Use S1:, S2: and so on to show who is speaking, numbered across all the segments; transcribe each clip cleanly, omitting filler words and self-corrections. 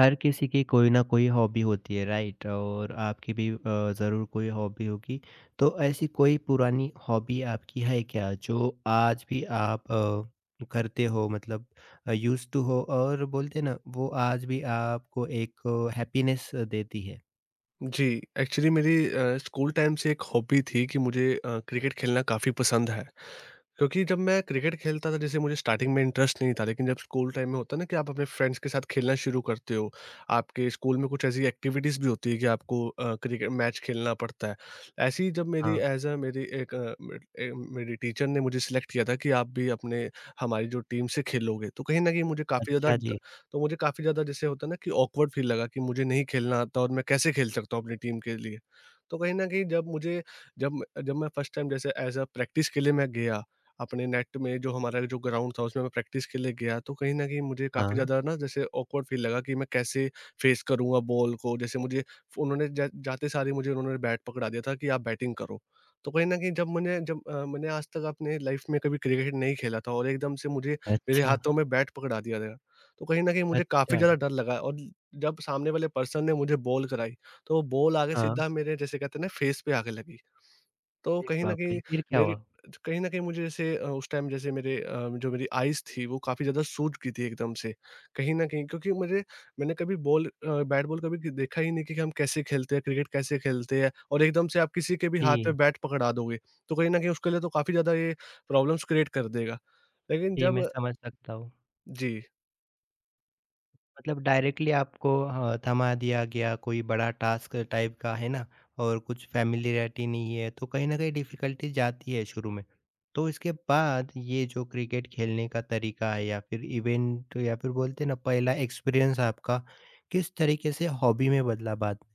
S1: हर किसी की कोई ना कोई हॉबी होती है राइट और आपकी भी ज़रूर कोई हॉबी होगी। तो ऐसी कोई पुरानी हॉबी आपकी है क्या जो आज भी आप करते हो मतलब यूज़्ड टू हो और बोलते हैं ना वो आज भी आपको एक हैप्पीनेस देती है?
S2: जी, एक्चुअली मेरी स्कूल टाइम से एक हॉबी थी कि मुझे क्रिकेट खेलना काफ़ी पसंद है। क्योंकि जब मैं क्रिकेट खेलता था, जैसे मुझे स्टार्टिंग में इंटरेस्ट नहीं था, लेकिन जब स्कूल टाइम में होता है ना कि आप अपने फ्रेंड्स के साथ खेलना शुरू करते हो, आपके स्कूल में कुछ ऐसी एक्टिविटीज़ भी होती है कि आपको क्रिकेट मैच खेलना पड़ता है। ऐसे ही जब मेरी
S1: हाँ,
S2: एज़ अ मेरी एक अ, मेड ए, मेरी टीचर ने मुझे सिलेक्ट किया था कि आप भी अपने हमारी जो टीम से खेलोगे, तो कहीं न कहीं मुझे काफ़ी ज़्यादा
S1: अच्छा जी।
S2: तो मुझे काफ़ी ज़्यादा जैसे होता है ना कि ऑकवर्ड फ़ील लगा कि मुझे नहीं खेलना आता और मैं कैसे खेल सकता हूँ अपनी टीम के लिए। तो कहीं न कहीं जब मुझे जब म जब मैं फर्स्ट टाइम जैसे एज़ अ प्रैक्टिस के लिए मैं गया, अपने नेट में जो हमारा जो ग्राउंड था उसमें मैं प्रैक्टिस के लिए गया, तो कहीं न कहीं मुझे काफ़ी
S1: हाँ,
S2: ज़्यादा ना जैसे ऑकवर्ड फ़ील लगा कि मैं कैसे फ़ेस करूँगा बॉल को। जैसे मुझे फ उन्होंने जा जाते सार ही मुझे उन्होंने बैट पकड़ा दिया था कि आप बैटिंग करो। तो कहीं न कहीं जब मैंने जब अ, मैंने आज तक अपने लाइफ़ में कभी क्रिकेट नहीं खेला था और एकदम से मुझे मेरे
S1: अच्छा,
S2: हाथों में बैट पकड़ा दिया गया। तो कहीं न कहीं मुझे काफ़ी
S1: अच्छा,
S2: ज़्यादा डर लगा और जब सामने वाले पर्सन ने मुझे बॉल कराई, तो वो बॉल आके
S1: हाँ।
S2: सीधा मेरे, जैसे कहते हैं ना, फेस पे आके लगी। तो
S1: अरे
S2: कहीं न
S1: बाप रे!
S2: कहीं
S1: फिर क्या
S2: मेरी
S1: हुआ?
S2: कहीं न कहीं मुझे जैसे उस टाइम जैसे मेरे जो मेरी आइज़ थी वो काफ़ी ज़्यादा सूज गई थी एकदम से। कहीं न कहीं क्योंकि मुझे मैंने कभी बॉल बैट बॉल कभी देखा ही नहीं कि हम कैसे खेलते हैं, क्रिकेट कैसे खेलते हैं, और एकदम से आप किसी के भी हाथ
S1: जी,
S2: में बैट पकड़ा दोगे, तो कहीं न कहीं उसके लिए तो काफ़ी ज़्यादा ये प्रॉब्लम्स क्रिएट कर देगा। लेकिन
S1: जी मैं
S2: जब
S1: समझ सकता हूँ।
S2: जी।
S1: मतलब डायरेक्टली आपको हाँ, थमा दिया गया कोई बड़ा टास्क टाइप का है ना और कुछ फैमिलियरिटी नहीं है तो कहीं ना कहीं डिफिकल्टी जाती है शुरू में तो इसके बाद ये जो क्रिकेट खेलने का तरीका है या फिर इवेंट या फिर बोलते हैं ना पहला एक्सपीरियंस आपका किस तरीके से हॉबी में बदला बाद में?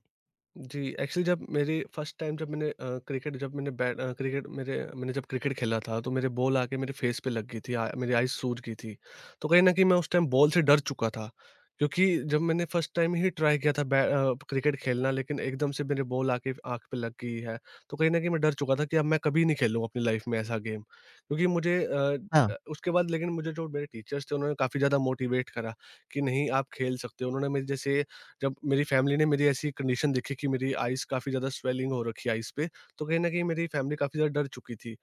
S2: जी, एक्चुअली जब मेरी फर्स्ट टाइम जब मैंने अ, क्रिकेट जब मैंने बैट अ, क्रिकेट मेरे मैंने जब क्रिकेट खेला था, तो मेरे बॉल आके मेरे फेस पे लग गई थी, मेरी आईज़ सूज गई थी। तो कहीं न कहीं मैं उस टाइम बॉल से डर चुका था, क्योंकि जब मैंने फर्स्ट टाइम ही ट्राई किया था क्रिकेट खेलना, लेकिन एकदम से मेरे बॉल आके आँख पे लग गई है। तो कहीं न कहीं मैं डर चुका था कि अब मैं कभी नहीं खेलूँगा अपनी लाइफ़ में ऐसा गेम। क्योंकि मुझे अ,
S1: हाँ
S2: अ, उसके बाद लेकिन मुझे, जो मेरे टीचर्स थे, उन्होंने काफ़ी ज़्यादा मोटिवेट करा कि नहीं, आप खेल सकते हो। उन्होंने मेरे जैसे जब मेरी फैमिली ने मेरी ऐसी कंडीशन देखी कि मेरी आइज़ काफ़ी ज़्यादा स्वेलिंग हो रखी है आइज़ पे, तो कहीं न कहीं मेरी फैमिली काफ़ी ज़्यादा डर चुकी थी।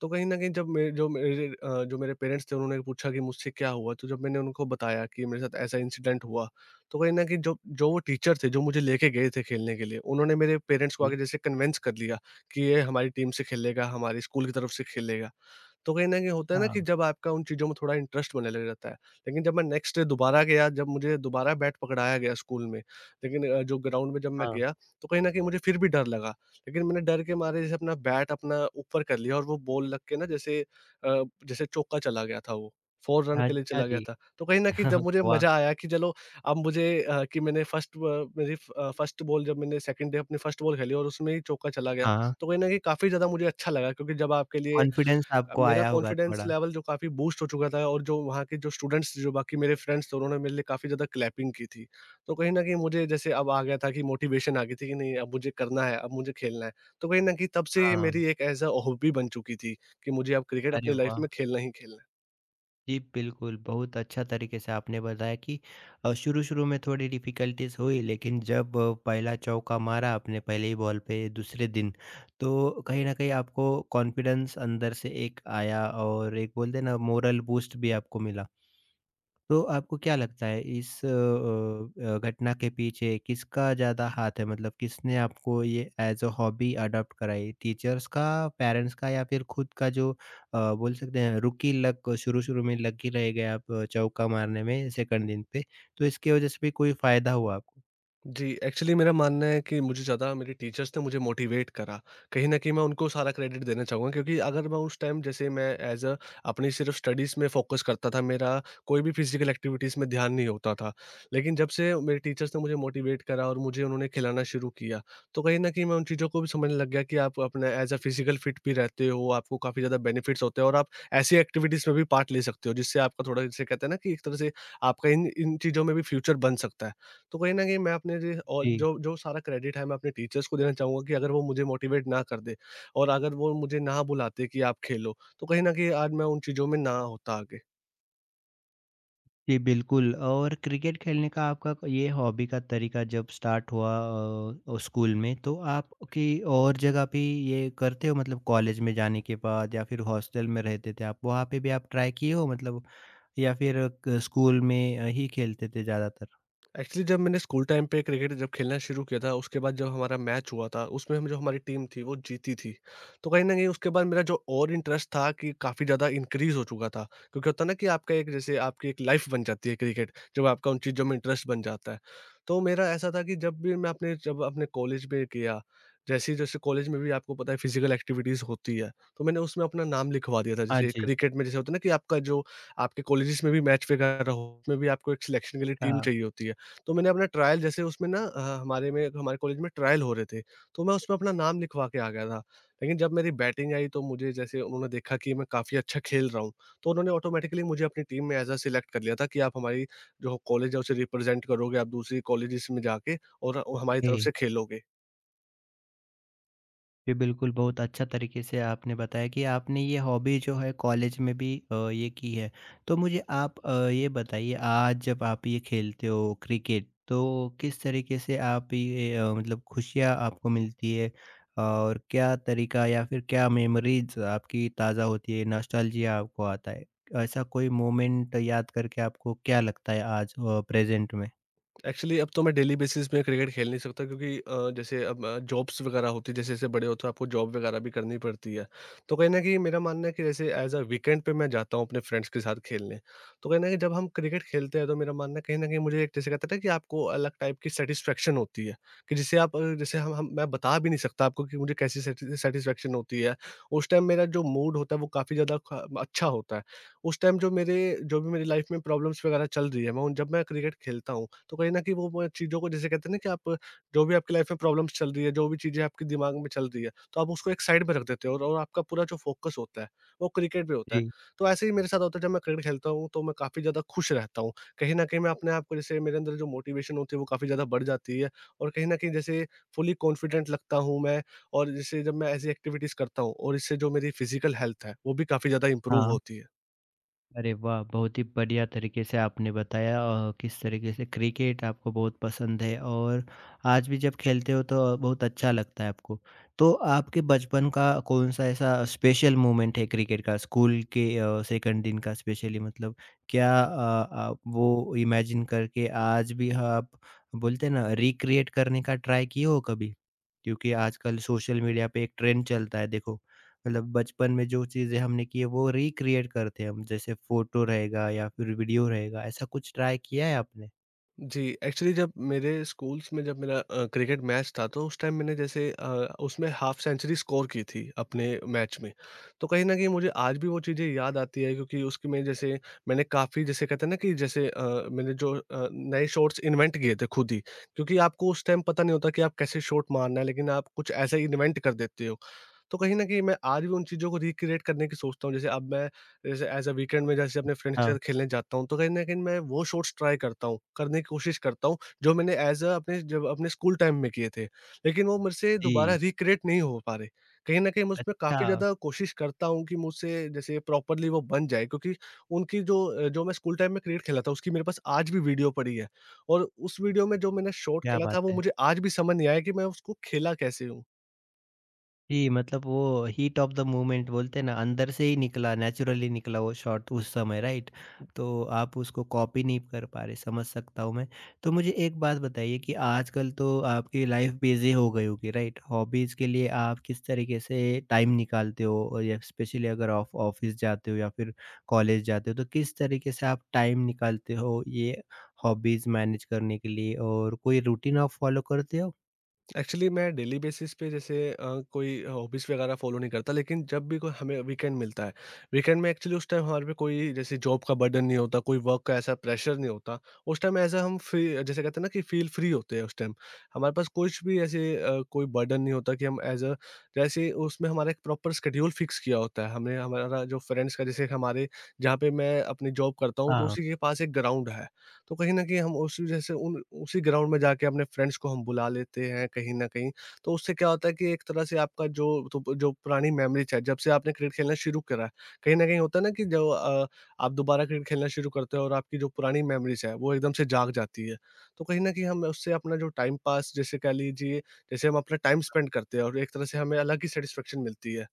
S2: तो कहीं न कहीं जब मेरे जो मेरे अ, जो मेरे पेरेंट्स थे, उन्होंने पूछा कि मुझसे क्या हुआ? तो जब मैंने उनको बताया कि मेरे साथ ऐसा इंसिडेंट हुआ, तो कहीं न कहीं जो जो वो टीचर थे, जो मुझे लेके गए थे खेलने के लिए, उन्होंने मेरे पेरेंट्स को आके
S1: जी।
S2: जैसे कन्विंस कर लिया कि ये हमारी टीम से खेलेगा, हमारी स्कूल की तरफ से खेलेगा। तो कहीं न कहीं होता है ना कि
S1: हाँ,
S2: जब आपका उन चीज़ों में थोड़ा इंटरेस्ट बनने लग जाता है। लेकिन जब मैं नेक्स्ट डे दोबारा गया, जब मुझे दोबारा बैट पकड़ाया गया स्कूल में, लेकिन जो ग्राउंड में जब मैं
S1: हाँ।
S2: गया, तो कहीं न कहीं मुझे फिर भी डर लगा। लेकिन मैंने डर के मारे जैसे अपना बैट अपना ऊपर कर लिया और वो बॉल लग के ना जैसे, जैसे चौका चला गया था वो, 4 रन के लिए
S1: अच्छा
S2: चला गया
S1: जी।
S2: था। तो कहीं न कहीं जब मुझे
S1: वाह।
S2: मज़ा आया कि चलो, अब मुझे अ, कि मैंने फर्स्ट ब मेरी अ, फर्स्ट बॉल जब मैंने सेकंड डे अपनी फर्स्ट बॉल खेली और उसमें ही चौका चला गया।
S1: हाँ, हाँ।
S2: तो कहीं न कहीं काफ़ी ज़्यादा मुझे अच्छा लगा। क्योंकि जब आपके लिए
S1: कॉन्फिडेंस
S2: अ,
S1: आपको
S2: मेरा
S1: आया होगा
S2: कॉन्फिडेंस
S1: थोड़ा।
S2: लेवल जो काफ़ी बूस्ट हो चुका था, और जो वहाँ के जो स्टूडेंट्स जो बाकी मेरे फ्रेंड्स थे, उन्होंने मेरे लिए काफ़ी ज़्यादा क्लैपिंग की थी। तो कहीं न कहीं मुझे जैसे अब आ गया था कि मोटिवेशन आ गई थी कि नहीं, अब मुझे करना है, अब मुझे खेलना है। तो कहीं न कहीं तब से ये
S1: हाँ।
S2: मेरी एक ऐज़ अ हॉबी बन चुकी थी कि मुझे अब क्रिकेट
S1: अरे
S2: अपनी लाइफ़
S1: वाह।
S2: में खेलना ही खेलना है।
S1: जी, बिल्कुल, बहुत अच्छा तरीके से आपने बताया कि शुरू-शुरू में थोड़ी डिफ़िकल्टीज़ हुई, लेकिन जब पहला चौका मारा आपने पहले ही बॉल पे दूसरे दिन, तो कहीं न कहीं आपको कॉन्फिडेंस अंदर से एक आया और एक बोलते हैं ना मोरल बूस्ट भी आपको मिला। तो आपको क्या लगता है इस घटना के पीछे किसका ज़्यादा हाथ है? मतलब किसने आपको ये एज़ अ हॉबी अडॉप्ट कराई? टीचर्स का, पेरेंट्स का या फिर खुद का जो बोल सकते हैं रुकी लत शुरू-शुरू में लगी रह गए आप चौका मारने में सेकंड दिन पे, तो इसकी वज़ह से भी कोई फ़ायदा हुआ आपको?
S2: जी, एक्चुअली मेरा मानना है कि मुझे ज़्यादा मेरे टीचर्स ने मुझे मोटिवेट करा। कहीं न कहीं मैं उनको सारा क्रेडिट देना चाहूँगा, क्योंकि अगर मैं उस टाइम जैसे मैं एज़ अ अपनी सिर्फ़ स्टडीज़ में फ़ोकस करता था, मेरा कोई भी फ़िज़िकल एक्टिविटीज़ में ध्यान नहीं होता था। लेकिन जब से मेरे टीचर्स ने मुझे मोटिवेट करा और मुझे उन्होंने खिलाना शुरू किया, तो कहीं न कहीं मैं उन चीज़ों को भी समझने लग गया कि आप अपना एज़ अ फ़िज़िकल फिट भी रहते हो, आपको काफ़ी ज़्यादा बेनिफिट्स होते हैं, और आप ऐसी एक्टिविटीज़ में भी पार्ट ले सकते हो, जिससे आपका थोड़ा, जैसे कहते हैं ना कि एक तरह से, आपका इन इन चीज़ों में भी फ्यूचर बन सकता है। तो कहीं न कहीं मैं अपने लिए, और
S1: जी।
S2: जो जो सारा क्रेडिट है, मैं अपने टीचर्स को देना चाहूँगा कि अगर वो मुझे मोटिवेट ना कर दे और अगर वो मुझे ना बुलाते कि आप खेलो, तो कहीं न कहीं आज मैं उन चीज़ों में ना होता आगे।
S1: जी, बिल्कुल और क्रिकेट खेलने का आपका क ये हॉबी का तरीका जब स्टार्ट हुआ स्कूल में तो आप की और जगह पे ये करते हो मतलब कॉलेज में जाने के बाद या फिर हॉस्टल में रहते थे आप, वहाँ पे भी आप ट्राई किए हो मतलब या फिर क स्कूल में ही खेलते थे ज़्यादातर?
S2: एक्चुअली जब मैंने स्कूल टाइम पे क्रिकेट जब खेलना शुरू किया था, उसके बाद जब हमारा मैच हुआ था, उसमें हम जो हमारी टीम थी वो जीती थी। तो कहीं न कहीं उसके बाद मेरा जो और इंटरेस्ट था, कि काफ़ी ज़्यादा इंक्रीज़ हो चुका था। क्योंकि होता है ना कि आपका एक जैसे आपकी एक लाइफ़ बन जाती है क्रिकेट, जब आपका उन चीज़ों में इंटरेस्ट बन जाता है। तो मेरा ऐसा था कि जब भी मैं अपने जब अपने कॉलेज में किया, जैसे कॉलेज में भी आपको पता है फिज़िकल एक्टिविटीज़ होती है, तो मैंने उसमें अपना नाम लिखवा दिया था।
S1: हाँ
S2: जैसे
S1: जी।
S2: क्रिकेट में जैसे होता है ना कि आपका जो आपके कॉलेजेस में भी मैच वगैरह हो, उसमें भी आपको एक सिलेक्शन के लिए टीम
S1: अच्छा,
S2: चाहिए होती है। तो मैंने अपना ट्रायल, जैसे उसमें ना अ, हमारे में हमारे कॉलेज में ट्रायल हो रहे थे, तो मैं उसमें अपना नाम लिखवा के आ गया था। लेकिन जब मेरी बैटिंग आई, तो मुझे जैसे उन्होंने देखा कि मैं काफ़ी अच्छा खेल रहा हूँ, तो उन्होंने ऑटोमैटिकली मुझे अपनी टीम में एज़ अ सेलेक्ट कर लिया था कि आप हमारी जो कॉलेज है उसे रिप्रेज़ेंट करोगे, आप दूसरी कॉलेजेस में जाके और हमारी
S1: ओके।
S2: तरफ से खेलोगे।
S1: जी, बिल्कुल, बहुत अच्छा तरीके से आपने बताया कि आपने ये हॉबी जो है कॉलेज में भी ये की है। तो मुझे आप ये बताइए आज जब आप ये खेलते हो क्रिकेट तो किस तरीके से आप ये मतलब खुशियाँ आपको मिलती है? और क्या तरीका या फिर क्या मेमोरीज़ आपकी ताज़ा होती है, नॉस्टैल्जिया आपको आता है? ऐसा कोई मोमेंट याद करके आपको क्या लगता है आज प्रेज़ेंट में?
S2: एक्चुअली अब तो मैं डेली बेसिस में क्रिकेट खेल नहीं सकता, क्योंकि जैसे अब जॉब्स वगैरह होती है, जैसे जैसे बड़े होते हो आपको जॉब वगैरह भी करनी पड़ती है। तो कहीं ना कहीं मेरा मानना है कि जैसे एज अ वीकेंड पे मैं जाता हूँ अपने फ्रेंड्स के साथ खेलने। तो कहीं ना कहीं जब हम क्रिकेट खेलते हैं, तो मेरा मानना है, कहीं ना कहीं मुझे एक, जैसे कहते हैं ना कि आपको अलग टाइप की सेटिस्फेक्शन होती है, कि जिसे आप जैसे हम मैं बता भी नहीं सकता आपको कि मुझे कैसी सेटिस्फेक्शन होती है। उस टाइम मेरा जो मूड होता है वो काफ़ी ज़्यादा अच्छा होता है। उस टाइम जो भी मेरी लाइफ में प्रॉब्लम्स वगैरह चल रही है, मैं उन जब मैं क्रिकेट खेलता हूँ, तो कहीं न कहीं वो चीज़ों को, जैसे कहते हैं ना कि, आप जो भी आपकी लाइफ़ में प्रॉब्लम्स चल रही है, जो भी चीज़ें आपके दिमाग में चल रही है, तो आप उसको एक साइड पे रख देते हो, और आपका पूरा जो फ़ोकस होता है, वो क्रिकेट पे होता है।
S1: जी,
S2: तो ऐसे ही मेरे साथ होता है, जब मैं क्रिकेट खेलता हूँ, तो मैं काफ़ी ज़्यादा खुश रहता हूँ। कहीं न कहीं मैं अपने आप को जैसे, मेरे अंदर जो मोटिवेशन होती है वो काफ़ी ज़्यादा बढ़ जाती है, और कहीं न कहीं जैसे फुली कॉन्फिडेंट लगता हूँ मैं। और जैसे जब मैं ऐसी एक्टिविटीज़ करता हूँ, और इससे जो मेरी फ़िज़िकल हेल्थ है, वो भी काफ़ी ज़्यादा इम्प्रूव
S1: हाँ।
S2: होती है।
S1: अरे वाह! बहुत ही बढ़िया तरीके से आपने बताया किस तरीके से क्रिकेट आपको बहुत पसंद है और आज भी जब खेलते हो तो बहुत अच्छा लगता है आपको। तो आपके बचपन का कौन-सा ऐसा स्पेशल मोमेंट है क्रिकेट का स्कूल के सेकंड दिन का स्पेशली मतलब क्या आप वो इमेजिन करके आज भी आप बोलते हैं ना रिक्रिएट करने का ट्राई किए हो कभी? क्योंकि आजकल सोशल मीडिया पे एक ट्रेंड चलता है देखो। मतलब बचपन में जो चीज़ें हमने की है वो रिक्रिएट करते हैं हम, जैसे फ़ोटो रहेगा या फिर वीडियो रहेगा, ऐसा कुछ ट्राई किया है आपने?
S2: जी, एक्चुअली जब मेरे स्कूल्स में जब मेरा अ, क्रिकेट मैच था, तो उस टाइम मैंने जैसे, उसमें हाफ सेंचुरी स्कोर की थी अपने मैच में। तो कहीं न कहीं मुझे आज भी वो चीज़ें याद आती है, क्योंकि उसकी मैं जैसे, मैंने काफ़ी, जैसे कहते हैं ना कि जैसे, मैंने जो नए शॉट्स इन्वेंट किए थे खुद ही। क्योंकि आपको उस टाइम पता नहीं होता कि आप कैसे शॉट मारना है, लेकिन आप कुछ ऐसा इन्वेंट कर देते हो। तो कहीं न कहीं मैं आज भी उन चीज़ों को रिक्रिएट करने की सोचता हूँ। जैसे अब मैं जैसे एज़ अ वीकेंड में जैसे अपने फ्रेंड्स के
S1: हाँ,
S2: साथ खेलने जाता हूँ, तो कहीं न कहीं मैं वो शॉट्स ट्राई करता हूँ, करने की कोशिश करता हूँ, जो मैंने एज़ अ अपने जब अपने स्कूल टाइम में किए थे। लेकिन वो मुझसे दोबारा
S1: जी।
S2: रिक्रिएट नहीं हो पा रहे। कहीं न कहीं मैं उसमें
S1: अच्छा,
S2: काफ़ी ज़्यादा कोशिश करता हूँ कि मुझसे जैसे प्रॉपरली वो बन जाए, क्योंकि उनकी जो जो मैं स्कूल टाइम में क्रिकेट खेला था, उसकी मेरे पास आज भी वीडियो पड़ी है। और उस वीडियो में जो मैंने शॉट
S1: क्या
S2: खेला था,
S1: बात
S2: वो
S1: है!
S2: मुझे आज भी समझ नहीं आया कि मैं उसको खेला कैसे हूँ?
S1: जी, मतलब वो हीट ऑफ द मोमेंट बोलते हैं ना, अंदर से ही निकला, नेचुरली निकला वो शॉट उस समय राइट? तो आप उसको कॉपी नहीं कर पा रहे, समझ सकता हूँ मैं। तो मुझे एक बात बताइए कि आजकल तो आपकी लाइफ़ बिज़ी हो गई होगी राइट? हॉबीज़ के लिए आप किस तरीके से टाइम निकालते हो? और या स्पेशली अगर आप ऑफ़िस जाते हो या फिर कॉलेज जाते हो, तो किस तरीके से आप टाइम निकालते हो ये हॉबीज़ मैनेज करने के लिए और कोई रूटीन आप फ़ॉलो करते हो?
S2: एक्चुअली मैं डेली बेसिस पे जैसे कोई हॉबीज़ वगैरह फ़ॉलो नहीं करता, लेकिन जब भी कोई हमें वीकेंड मिलता है, वीकेंड में एक्चुअली उस टाइम हमारे पे कोई जैसे जॉब का बर्डन नहीं होता, कोई वर्क का ऐसा प्रेशर नहीं होता। उस टाइम ऐसा हम फ्री, जैसे कहते हैं ना कि फ़ील फ्री होते हैं उस टाइम। हमारे पास कुछ भी ऐसे कोई बर्डन नहीं होता कि हम एज़ अ जैसे उसमें हमारा एक प्रॉपर शेड्यूल फ़िक्स किया होता है। हमने हमारा जो फ्रेंड्स का जैसे हमारे जहाँ पे मैं अपनी जॉब करता हूँ, तो
S1: हाँ।
S2: उसी के पास एक ग्राउंड है। तो कहीं न कहीं हम उसी जैसे उन उसी ग्राउंड में जाके अपने फ्रेंड्स को हम बुला लेते हैं कहीं न कहीं। तो उससे क्या होता है कि एक तरह से आपका जो, तो जो पुरानी मेमोरीज़ है, जब से आपने क्रिकेट खेलना शुरू करा है, कहीं न कहीं होता है ना कि जो आप दोबारा क्रिकेट खेलना शुरू करते हो और आपकी जो पुरानी मेमोरीज़ है, वो एकदम से जाग जाती है। तो कहीं न कहीं हम उससे अपना जो टाइम पास जैसे कह लीजिए, जैसे हम अपना टाइम स्पेंड करते हैं और एक तरह से हमें अलग ही सैटिस्फैक्शन मिलती है।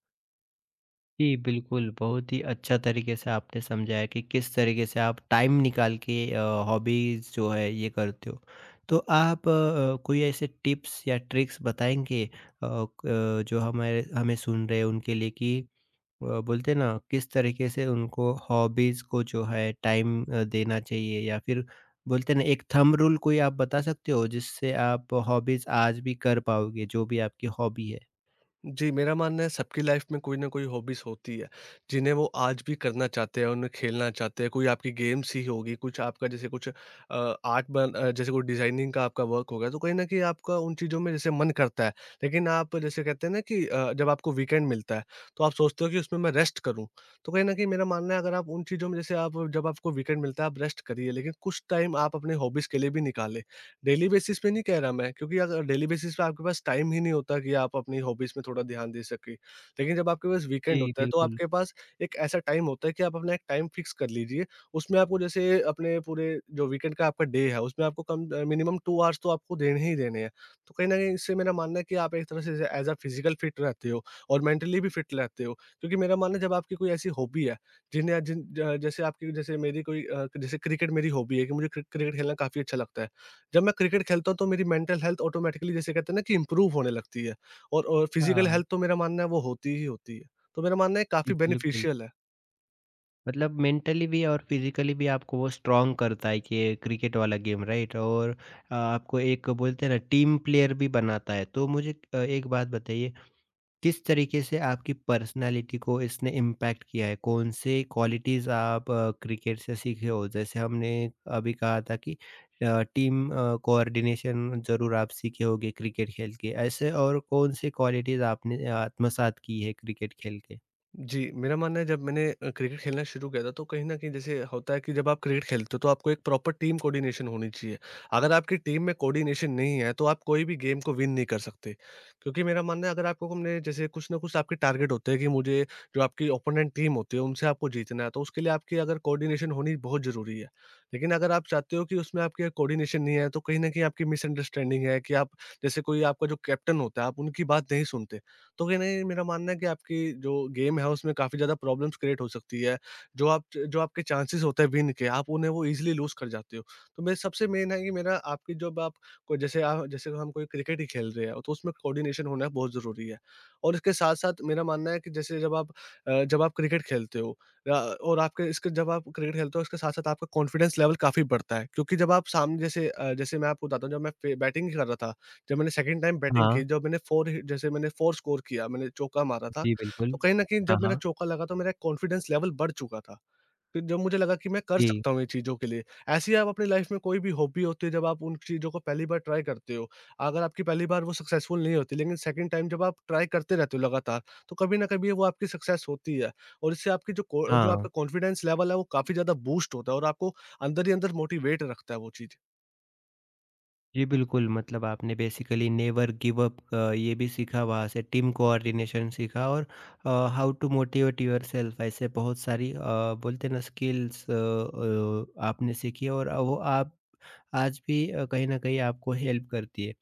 S1: जी, बिल्कुल, बहुत ही अच्छा तरीके से आपने समझाया कि किस तरीके से आप टाइम निकाल के हॉबीज़ जो है ये करते हो। तो आप कोई ऐसे टिप्स या ट्रिक्स बताएँगे क जो हमारे हमें सुन रहे हैं उनके लिए कि बोलते हैं ना किस तरीके से उनको हॉबीज़ को जो है टाइम देना चाहिए या फिर बोलते हैं ना एक थंब रूल कोई आप बता सकते हो जिससे आप हॉबीज़ आज भी कर पाओगे, जो भी आपकी हॉबी है?
S2: जी, मेरा मानना है सबकी लाइफ में कोई ना कोई हॉबीज़ होती है, जिन्हें वो आज भी करना चाहते हैं, उन्हें खेलना चाहते हैं, कोई आपकी गेम्स ही होगी, कुछ आपका जैसे कुछ आर्ट बन जैसे कोई डिज़ाइनिंग का आपका वर्क होगा, तो कहीं न कहीं आपका उन चीज़ों में जैसे मन करता है। लेकिन आप जैसे कहते हैं ना कि जब आपको वीकेंड मिलता है, तो आप सोचते हो कि उसमें मैं रेस्ट करूँ। तो कहीं न कहीं मेरा मानना है अगर आप उन चीज़ों में जैसे आप जब आपको वीकेंड मिलता है, आप रेस्ट करिए, लेकिन कुछ टाइम आप अपने हॉबीज़ के लिए भी निकालें। डेली बेसिस पे नहीं कह रहा मैं, क्योंकि अगर डेली बेसिस पे आपके पास टाइम ही नहीं होता कि आप अपनी हॉबीज़ में थोड़ा ध्यान दे सकें। लेकिन जब आपके पास वीकेंड
S1: जी,
S2: होता है तो
S1: बिल्कुल।
S2: आपके पास एक ऐसा टाइम होता है कि आप अपना एक टाइम फिक्स कर लीजिए। उसमें आपको जैसे अपने पूरे जो वीकेंड का आपका डे है, उसमें आपको मिनिमम 2 आवर्स तो आपको देने ही देने हैं। तो कहीं न कहीं इससे मेरा मानना है कि आप एक तरह से as as a physical fit रहते हो और मेंटली भी फिट रहते हो। क्योंकि मेरा मानना है जब आपकी कोई ऐसी हॉबी है, जिन्हें जिन ज जैसे आपकी जैसे मेरी कोई जैसे क्रिकेट मेरी हॉबी है कि मुझे क्रिकेट खेलना काफ़ी अच्छा लगता है। जब मैं क्रिकेट खेलता हूँ तो मेरी मेंटल हेल्थ ऑटोमेटिकली जैसे कहते हैं ना कि इम्प्रूव होने लगती है और फिजिकल
S1: हाँ,
S2: हेल्थ तो मेरा मानना है वो होती ही होती है। तो मेरा मानना है
S1: जी,
S2: काफ़ी
S1: बिल्कुल।
S2: बेनिफिशियल है।
S1: मतलब मेंटली भी और फिजिकली भी आपको वो स्ट्रांग करता है कि ये क्रिकेट वाला गेम राइट और आपको एक बोलते हैं ना टीम प्लेयर भी बनाता है तो मुझे एक बात बताइए किस तरीके से आपकी पर्सनालिटी को इसने इम्पैक्ट किया है कौन से क्वालिटीज आप क्रिकेट से सीखे हो जैसे हमने अभी कहा था कि टीम कोऑर्डिनेशन जरूर आप सीखे होगे क्रिकेट खेल के ऐसे और कौन से क्वालिटीज आपने आत्मसात की है क्रिकेट खेल के।
S2: जी, मेरा मानना है जब मैंने क्रिकेट खेलना शुरू किया था, तो कहीं न कहीं जैसे होता है कि जब आप क्रिकेट खेलते हो तो आपको एक प्रॉपर टीम कोऑर्डिनेशन होनी चाहिए। अगर आपकी टीम में कोऑर्डिनेशन नहीं है तो आप कोई भी गेम को विन नहीं कर सकते। क्योंकि मेरा मानना है अगर आपको हमने जैसे कुछ न कुछ आपके टारगेट होते हैं कि मुझे जो आपकी ओपोनेंट टीम होती है उनसे आपको जीतना है, तो उसके लिए आपकी अगर कोऑर्डिनेशन होनी बहुत ज़रूरी है। लेकिन अगर आप चाहते हो कि उसमें आपके कोऑर्डिनेशन नहीं है, तो कहीं न कहीं आपकी मिसअंडरस्टैंडिंग है कि आप जैसे कोई आपका जो कैप्टन होता है आप उनकी बात नहीं सुनते। तो कहीं न कहीं मेरा मानना है कि आपकी जो गेम है उसमें काफ़ी ज़्यादा प्रॉब्लम्स क्रिएट हो सकती है। जो आपके चांसेस होते हैं विन के आप उन्हें वो ईज़िली लूज़ कर जाते हो। तो मैं सबसे मेन है कि मेरा आपकी जब आप को जैसे आप जैसे हम कोई क्रिकेट ही खेल रहे हैं, तो उसमें कोऑर्डिनेशन होना बहुत ज़रूरी है। और इसके साथ-साथ मेरा मानना है कि जैसे जब आप जब आप क्रिकेट खेलते हो और आपके इसके जब आप क्रिकेट खेलते हो, इसके साथ-साथ आपका कॉन्फिडेंस लेवल काफ़ी बढ़ता है। क्योंकि जब आप सामने जैसे जैसे मैं आपको बताता हूँ, जब मैं फे बैटिंग कर रहा था, जब मैंने सेकंड टाइम बैटिंग
S1: हाँ
S2: की, जब मैंने 4 हि जैसे मैंने 4 स्कोर किया, मैंने चौका मारा था,
S1: जी।
S2: तो
S1: बिल्कुल।
S2: कहीं न कहीं
S1: हाँ,
S2: जब मेरा
S1: हाँ
S2: चौका लगा तो मेरा कॉन्फिडेंस लेवल बढ़ चुका था। फिर जब मुझे लगा कि मैं कर
S1: जी।
S2: सकता हूँ ये चीज़ों के लिए। ऐसे ही आप अपनी लाइफ़ में कोई भी हॉबी होती है, जब आप उन चीज़ों को पहली बार ट्राई करते हो, अगर आपकी पहली बार वो सक्सेसफुल नहीं होती, लेकिन सेकंड टाइम जब आप ट्राई करते रहते हो लगातार, तो कभी न कभी वो आपकी सक्सेस होती है और इससे आपकी जो
S1: हाँ,
S2: आपका कॉन्फिडेंस लेवल है, वो काफ़ी ज़्यादा बूस्ट होता है और आपको अंदर ही अंदर मोटिवेट रखता है वो चीज़।
S1: जी बिल्कुल, मतलब आपने बेसिकली नेवर गिव अप ये भी सीखा वहाँ से, टीम कोऑर्डिनेशन सीखा और uh, how to motivate yourself ऐसे बहुत सारी बोलते हैं ना स्किल्स आपने सीखी और वो आप आज भी कहीं न कहीं आपको हेल्प करती है।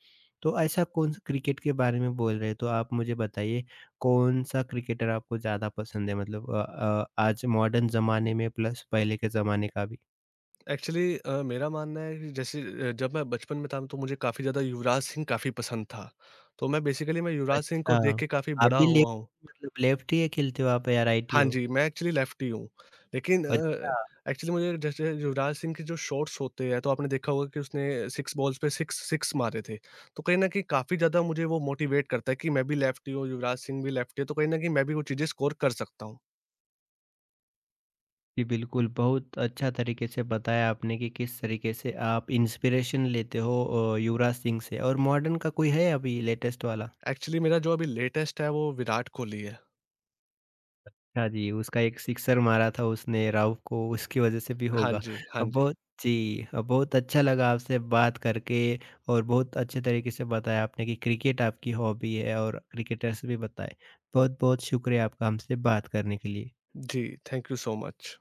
S1: तो ऐसा कौन-सा क्रिकेट के बारे में बोल रहे हैं, तो आप मुझे बताइए कौन-सा क्रिकेटर आपको ज़्यादा पसंद है? मतलब आज मॉडर्न ज़माने में प्लस पहले के ज़माने का भी।
S2: एक्चुअली मेरा मानना है कि जैसे जब मैं बचपन में था तो मुझे काफ़ी ज़्यादा युवराज सिंह काफ़ी पसंद था। तो मैं बेसिकली मैं युवराज सिंह को
S1: अच्छा,
S2: देख के काफ़ी
S1: आप
S2: बड़ा
S1: भी
S2: हुआ हूँ।
S1: लेफ्ट मतलब लेफ्ट ही खेलते हो आप या राइटी
S2: हाँ
S1: हो?
S2: जी, मैं एक्चुअली लेफ्टी हूँ। लेकिन
S1: अच्छा,
S2: एक्चुअली मुझे जैसे युवराज सिंह के जो शॉट्स होते हैं तो आपने देखा होगा कि उसने 6 बॉल्स पे 6 सिक्स मारे थे। तो कहीं न कहीं काफ़ी ज़्यादा मुझे वो मोटिवेट करता है कि मैं भी लेफ्टी हूँ, युवराज सिंह भी लेफ्टी है, तो कहीं न कहीं मैं भी वो चीज़ें स्कोर कर सकता हूँ।
S1: जी बिल्कुल, बहुत अच्छा तरीके से बताया आपने कि किस तरीके से आप इंस्पिरेशन लेते हो युवराज सिंह से और मॉडर्न का कोई है अभी लेटेस्ट वाला?
S2: एक्चुअली मेरा जो अभी लेटेस्ट है वो विराट कोहली है।
S1: अच्छा जी, उसका एक सिक्सर मारा था उसने राव को, उसकी वजह से भी
S2: हाँ
S1: होगा।
S2: जी, हाँ
S1: अ,
S2: जी।
S1: बहुत जी, बहुत अच्छा लगा आपसे बात करके और बहुत अच्छे तरीके से बताया आपने कि क्रिकेट आपकी हॉबी है और क्रिकेटर्स भी बताए। बहुत-बहुत शुक्रिया आपका हमसे बात करने के लिए।
S2: जी, थैंक यू सो मच।